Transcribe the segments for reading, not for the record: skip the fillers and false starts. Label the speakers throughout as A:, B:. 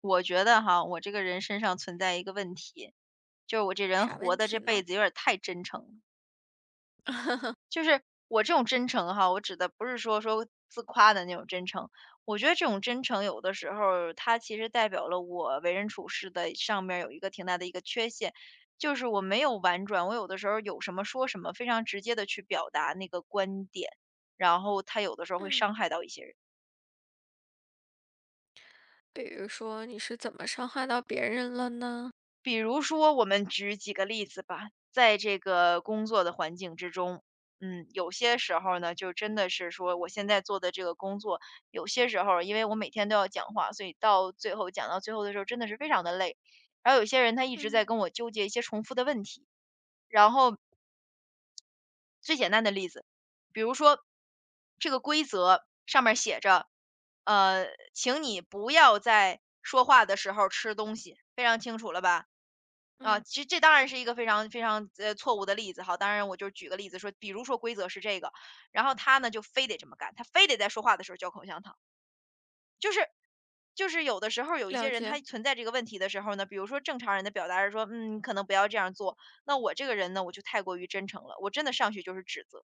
A: 我觉得哈，我这个人身上存在一个问题，就是我这人
B: 啥
A: 活
B: 问
A: 的这
B: 题
A: 辈
B: 呢？
A: 子有点儿太真诚了。 就是我这种真诚哈，我指的不是说说自夸的那种真诚，我觉得这种真诚有的时候儿它其实代表了我为人处事的上面儿有一个挺大的一个缺陷，就是我没有婉转，我有的时候儿有什么说什么，非常直接的去表达那个观点，然后他有的时候会
B: 嗯，
A: 伤害到一些人。
B: 比如说你是怎么伤害到别人了呢？
A: 比如说我们举几个例子吧，在这个工作的环境之中，嗯，有些时候呢，就真的是说我现在做的这个工作，有些时候因为我每天都要讲话，所以到最后讲到最后的时候，真的是非常的累。然后有些人他一直在
B: 嗯
A: 跟我纠结一些重复的问题，然后最简单的例子，比如说这个规则上面写着，呃，请你不要在说话的时候吃东西，非常清楚了吧？啊，
B: 嗯，
A: 其实这当然是一个非常非常错误的例子哈。当然，我就举个例子说，比如说规则是这个，然后他呢就非得这么干，他非得在说话的时候嚼口香糖，就是就是有的时候有一些
B: 了
A: 人
B: 解。
A: 他存在这个问题的时候呢，比如说正常人的表达是说，嗯，你可能不要这样做。那我这个人呢，我就太过于真诚了，我真的上去就是指责，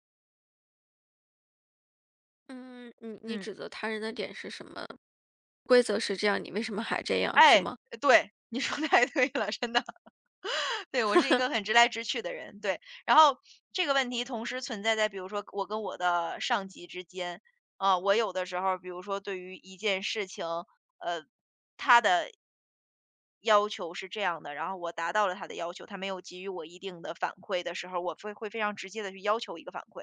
B: 嗯，你
A: 嗯，
B: 指责他人的点是什么？规则是这样，你为什么还这样，是
A: 哎，
B: 吗？
A: 对，你说太对了，真的。对，我是一个很直来直去的人，对。然后这个问题同时存在在比如说我跟我的上级之间，啊，我有的时候比如说对于一件事情，呃，要求是这样的，然后我达到了他的要求，他没有给予我一定的反馈的时候，我会非常直接的去要求一个反馈。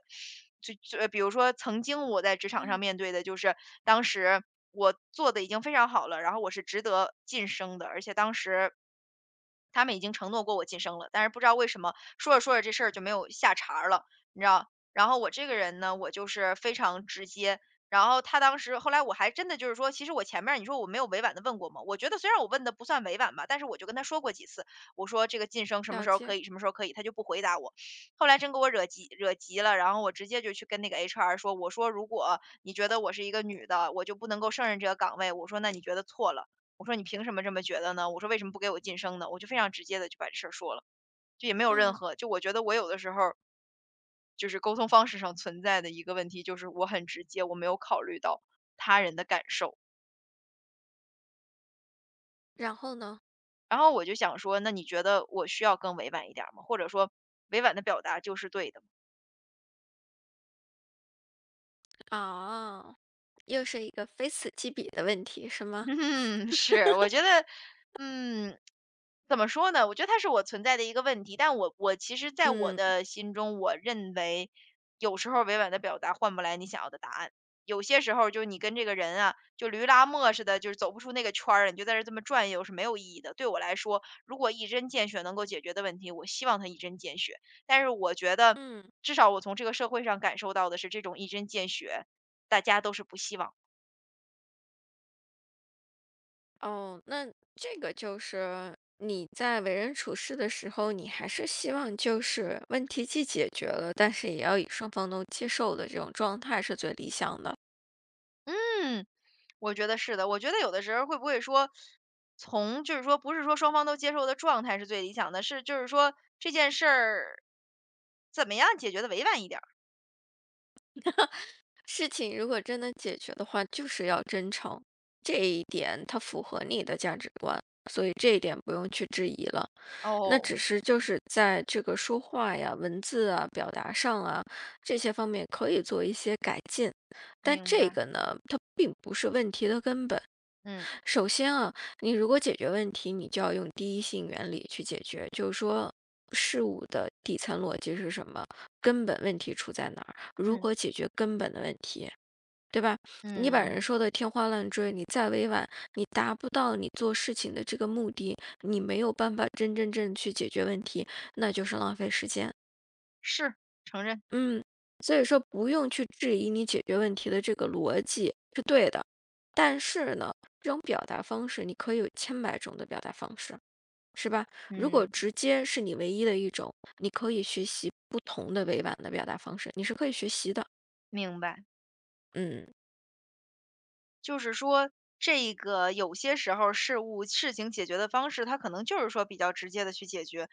A: 就比如说曾经我在职场上
B: 嗯，
A: 面对的就是当时我做的已经非常好了，然后我是值得晋升的，而且当时他们已经承诺过我晋升了，但是不知道为什么说着说着这事儿就没有下茬儿了，你知道？然后我这个人呢，我就是非常直接。然后他当时后来我还真的就是说，其实我前面儿你说我没有委婉的问过吗？我觉得虽然我问的不算委婉吧，但是我就跟他说过几次，我说这个晋升什么
B: 了
A: 时候可
B: 解。
A: 以，什么时候可以，他就不回答我。后来真给我惹急惹急了，然后我直接就去跟那个 HR 说，我说如果你觉得我是一个女的，我就不能够胜任这个岗位，我说那你觉得错了。我说：“你凭什么这么觉得呢？”我说：“为什么不给我晋升呢？”我就非常直接的就把这事儿说了，就也没有任
B: 嗯，
A: 何就我觉得我有的时候就是沟通方式上存在的一个问题，就是我很直接，我没有考虑到他人的感受。
B: 然后呢？
A: 然后我就想说，那你觉得我需要更委婉一点儿吗？或者说委婉的表达就是对的？
B: 啊，又是一个非此即彼的问题，是吗？
A: 嗯，是，我觉得，嗯，怎么说呢？我觉得它是我存在的一个问题，但我其实在我
B: 嗯
A: 的心中，我认为有时候委婉的表达换不来你想要的答案，有些时候就是你跟这个人啊，就驴拉磨似的，就是走不出那个圈儿，你就在这儿这么转悠是没有意义的。对我来说，如果一针见血能够解决的问题，我希望他一针见血，但是我觉得
B: 嗯。
A: 至少我从这个社会上感受到的是，这种一针见血，大家都是不希望。
B: 哦，那这个就是你在为人处事的时候，你还是希望就是问题既解决了，但是也要以双方都接受的这种状态是最理想的。
A: 嗯。我觉得是的，我觉得有的时候会不会说，从就是说不是说双方都接受的状态是最理想的，是就是说这件事儿怎么样解决的委婉一点儿？
B: 事情如果真的解决的话，就是要真诚，这一点它符合你的价值观，所以这一点不用去质疑了。那
A: 哦，
B: 只是就是在这个说话呀、文字啊、表达上啊这些方面可以做一些改进，但
A: 明
B: 这
A: 白，
B: 个呢，它并不是问题的根本。
A: 嗯
B: 首先啊，你如果解决问题，你就要用第一性原理去解决，就是说事物的底层逻辑是什么，根本问题出在哪儿，如
A: 嗯
B: 何解决根本的问题。对吧？你
A: 嗯
B: 把人
A: 嗯，
B: 说的天花乱坠，你再委婉，你达不到你做事情的这个目的，你没有办法真真正去解决问题，那就是浪费时间。
A: 是承认，
B: 嗯，所以说不用去质疑你解决问题的这个逻辑是对的，但是呢，这种表达方式你可以有千百种的表达方式，是吧？如果
A: 嗯，
B: 直接是你唯一的一种，你可以学习不同的委婉的表达方式，你是可以学习的。
A: 明白。
B: 嗯。
A: 就是说这个有些时候事物事情解决的方式，它可能就是说比较直接的去解决。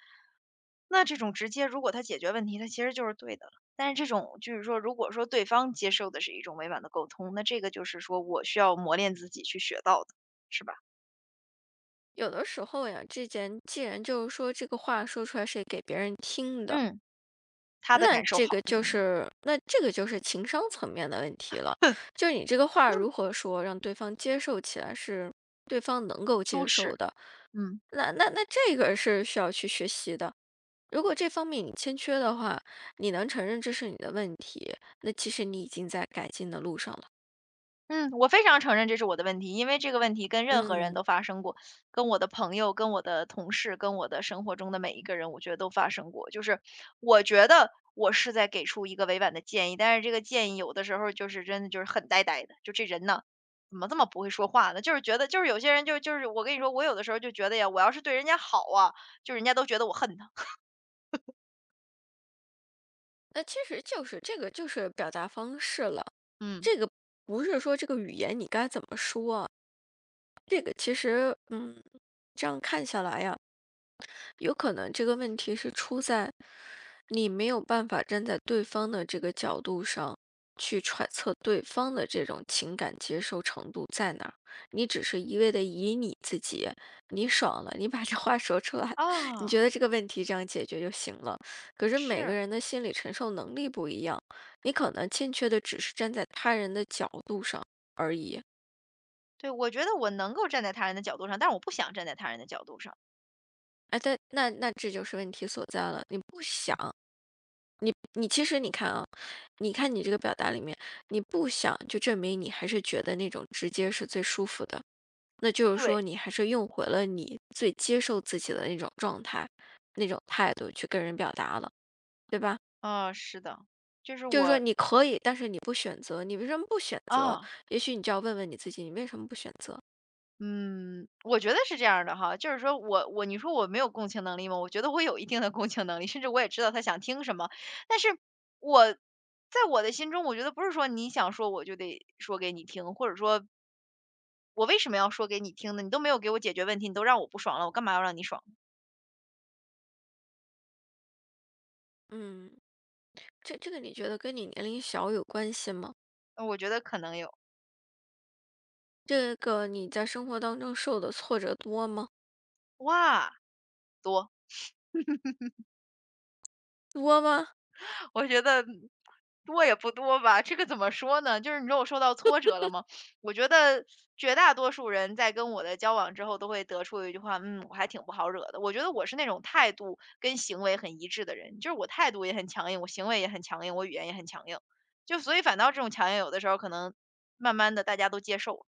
A: 那这种直接如果他解决问题，他其实就是对的了。但是这种就是说，如果说对方接受的是一种委婉的沟通，那这个就是说我需要磨练自己去学到的，是吧？
B: 有的时候呀，这件既然就是说这个话说出来是给别人听的，
A: 嗯，他的
B: 那
A: 感受好
B: 这个
A: 最
B: 就
A: 重要，
B: 是那这个就是情商层面的问题了。就是你这个话
A: 嗯，
B: 如何说，让对方接受起来是对方能够
A: 舒
B: 接受
A: 适，
B: 的，
A: 嗯。
B: 那这个是需要去学习的。如果这方面你欠缺的话，你能承认这是你的问题，那其实你已经在改进的路上了。
A: 嗯，我非常承认这是我的问题，因为这个问题跟任何人
B: 嗯，
A: 都发生过，跟我的朋友、跟我的同事、跟我的生活中的每一个人，我觉得都发生过。就是我觉得我是在给出一个委婉的建议，但是这个建议有的时候就是真的就是很呆呆的，就这人呢，怎么这么不会说话呢？就是觉得，就是有些人就是我跟你说，我有的时候就觉得呀，我要是对人家好啊，就人家都觉得我恨他。
B: 那其实就是这个就是表达方式了。
A: 嗯，
B: 这个不是说这个语言你该怎么说啊，这个其实，嗯，这样看下来呀，有可能这个问题是出在你没有办法站在对方的这个角度上去揣测对方的这种情感接受程度在哪儿，你只是一味的以你自己，你爽了，你把这话说出来，你
A: 啊，
B: 觉得这个问题这样解决就行了。可是每个
A: 是，
B: 人的心理承受能力不一样，你可能欠缺的只是站在他人的角度上而已。
A: 对，我觉得我能够站在他人的角度上，但是我不想站在他人的角度上。
B: 哎，但这就是问题所在了，你不想。你其实你看啊，你看你这个表达里面，你不想就证明你还是觉得那种直接是最舒服的，那就是
A: 对。
B: 说你还是用回了你最接受自己的那种状态、那种态度去跟人表达了，对吧？
A: 啊，是的，就是
B: 就是说
A: 我
B: 你可以，但是你不选择，你为什么不选择？
A: 啊，
B: 也许你就要问问你自己，你为什么不选择？
A: 嗯，我觉得是这样儿的哈，就是说我你说我没有共情能力吗？我觉得我有一定的共情能力，甚至我也知道他想听什么，但是我在我的心中，我觉得不是说你想说我就得说给你听，或者说我为什么要说给你听呢？你都没有给我解决问题，你都让我不爽了，我干嘛要让你爽？
B: 嗯，这个你觉得跟你年龄小有关系吗？
A: 我觉得可能有。
B: 这个你在生活当中受的挫折多吗？
A: 哇，多。
B: 多吗？
A: 我觉得多也不多吧，这个怎么说呢？就是你说我受到挫折了吗？我觉得绝大多数人在跟我的交往之后，都会得出一句话，嗯，我还挺不好惹的。我觉得我是那种态度跟行为很一致的人，就是我态度也很强硬，我行为也很强硬，我语言也很强硬，就所以反倒这种强硬，有的时候可能慢慢的大家都接受了。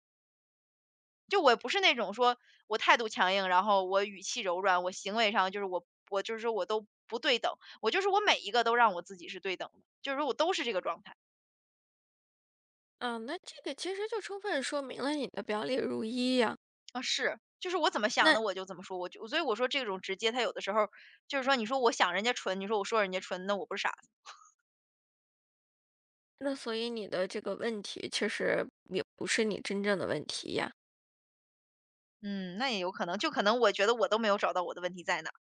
A: 就我不是那种说我态度强硬，然后我语气柔软，我行为上就是我就是说我都不对等，我就是我每一个都让我自己是对等的，就是说我都是这个状态。
B: 嗯，那这个其实就充分说明了你的表里如一呀。
A: 啊，是，就是我怎么想
B: 那
A: 的我就怎么说，我就所以我说这种直接，他有的时候就是说你说我想人家蠢，你说我说人家蠢，那我不是傻子，
B: 那所以你的这个问题其实也不是你真正的问题呀。
A: 嗯，那也有可能，就可能我觉得我都没有找到我的问题在哪儿，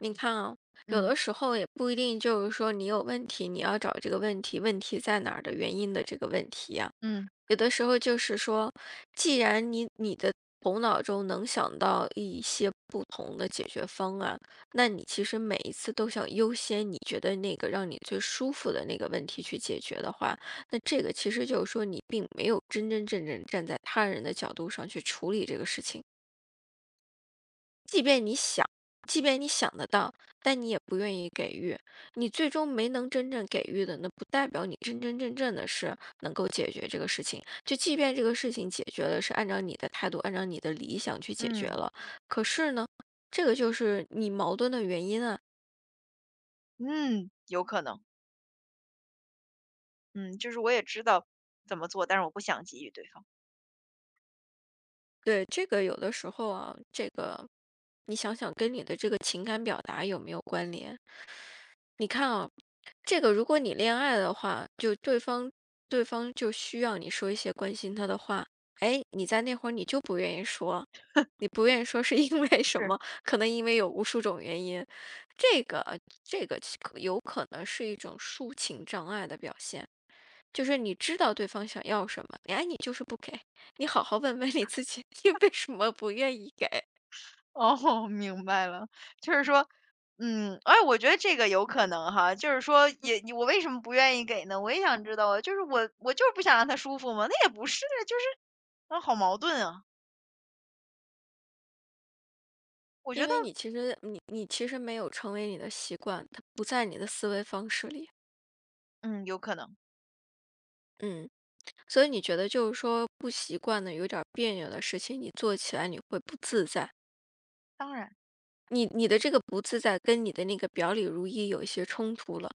B: 你看啊，有
A: 嗯
B: 的时候也不一定就是说你有问题，你要找这个问题在哪儿的原因的这个问题呀。
A: 嗯
B: 有的时候就是说，既然你的头脑中能想到一些不同的解决方案，那你其实每一次都想优先你觉得那个让你最舒服的那个问题去解决的话，那这个其实就是说你并没有真真正正站在他人的角度上去处理这个事情。即便你想，即便你想得到，但你也不愿意给予，你最终没能真正给予的，那不代表你真真正正的是能够解决这个事情。就即便这个事情解决了，是按照你的态度，按照你的理想去解决
A: 嗯
B: 了，可是呢，这个就是你矛盾的原因啊。
A: 嗯，有可能，嗯，就是我也知道怎么做，但是我不想给予对方，
B: 对，这个有的时候啊，这个你想想跟你的这个情感表达有没有关联？你看啊，这个如果你恋爱的话，就对方对方就需要你说一些关心他的话，哎，你在那会儿你就不愿意说，你不愿意说是因为什
A: 是。
B: 么？可能因为有无数种原因，这个这个可有可能是一种抒情障碍的表现，就是你知道对方想要什么，哎，你就是不给，你好好问问你自己，你为什么不愿意给？
A: 哦，明白了，就是说，嗯，哎，我觉得这个有可能哈，就是说也，你我为什么不愿意给呢？我也想知道啊，就是我就是不想让他舒服嘛，那也不是啊，就是啊，好矛盾啊。我觉
B: 因
A: 得，
B: 为你其实你其实没有成为你的习惯，它不在你的思维方式里。
A: 嗯，有可能，
B: 嗯，所以你觉得就是说不习惯的、有点儿别扭的事情，你做起来你会不自在。
A: 当然，
B: 你的这个不自在跟你的那个表里如一有一些冲突了。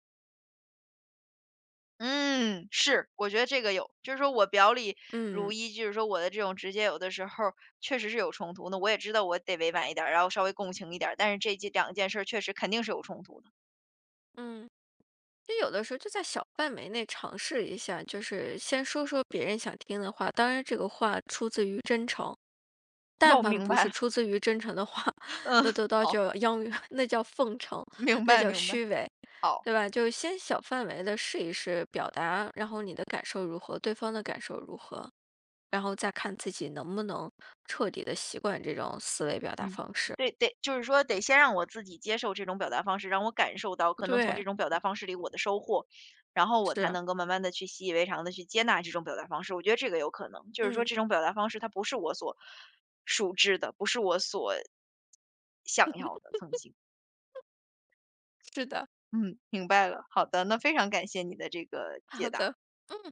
A: 嗯，是，我觉得这个有，就是说我表里如
B: 嗯
A: 一，就是说我的这种直接有的时候确实是有冲突的，我也知道我得委婉一点儿，然后稍微共情一点儿，但是这件两件事儿确实肯定是有冲突的。
B: 嗯，就有的时候就在小范围内尝试一下，就是先说说别人想听的话，当然这个话出自于真诚。
A: 那
B: 但
A: 我
B: 凡
A: 明
B: 不
A: 白
B: 是
A: 了，
B: 出自于真诚的话，
A: 嗯，
B: 那都到
A: 好，
B: 叫殃，那叫奉承，
A: 明
B: 那
A: 白
B: 叫
A: 明白，
B: 虚伪。
A: 好。
B: 对吧？就先小范围的试一试表达，然后你的感受如何，对方的感受如何，然后再看自己能不能彻底的习惯这种思维表达
A: 嗯，
B: 方式。
A: 对，得就是说得先让我自己接受这种表达方式，让我感受到可能从
B: 对，
A: 这种表达方式里我的收获，然后我才
B: 是，
A: 能够慢慢的去习以为常的去接纳这种表达方式。我觉得这个有可能，就是说
B: 嗯，
A: 这种表达方式它不是我所熟知的，不是我所想要的曾经。
B: 是的，
A: 嗯，明白了。好的，那非常感谢你的这个解
B: 好
A: 答。
B: 的，嗯。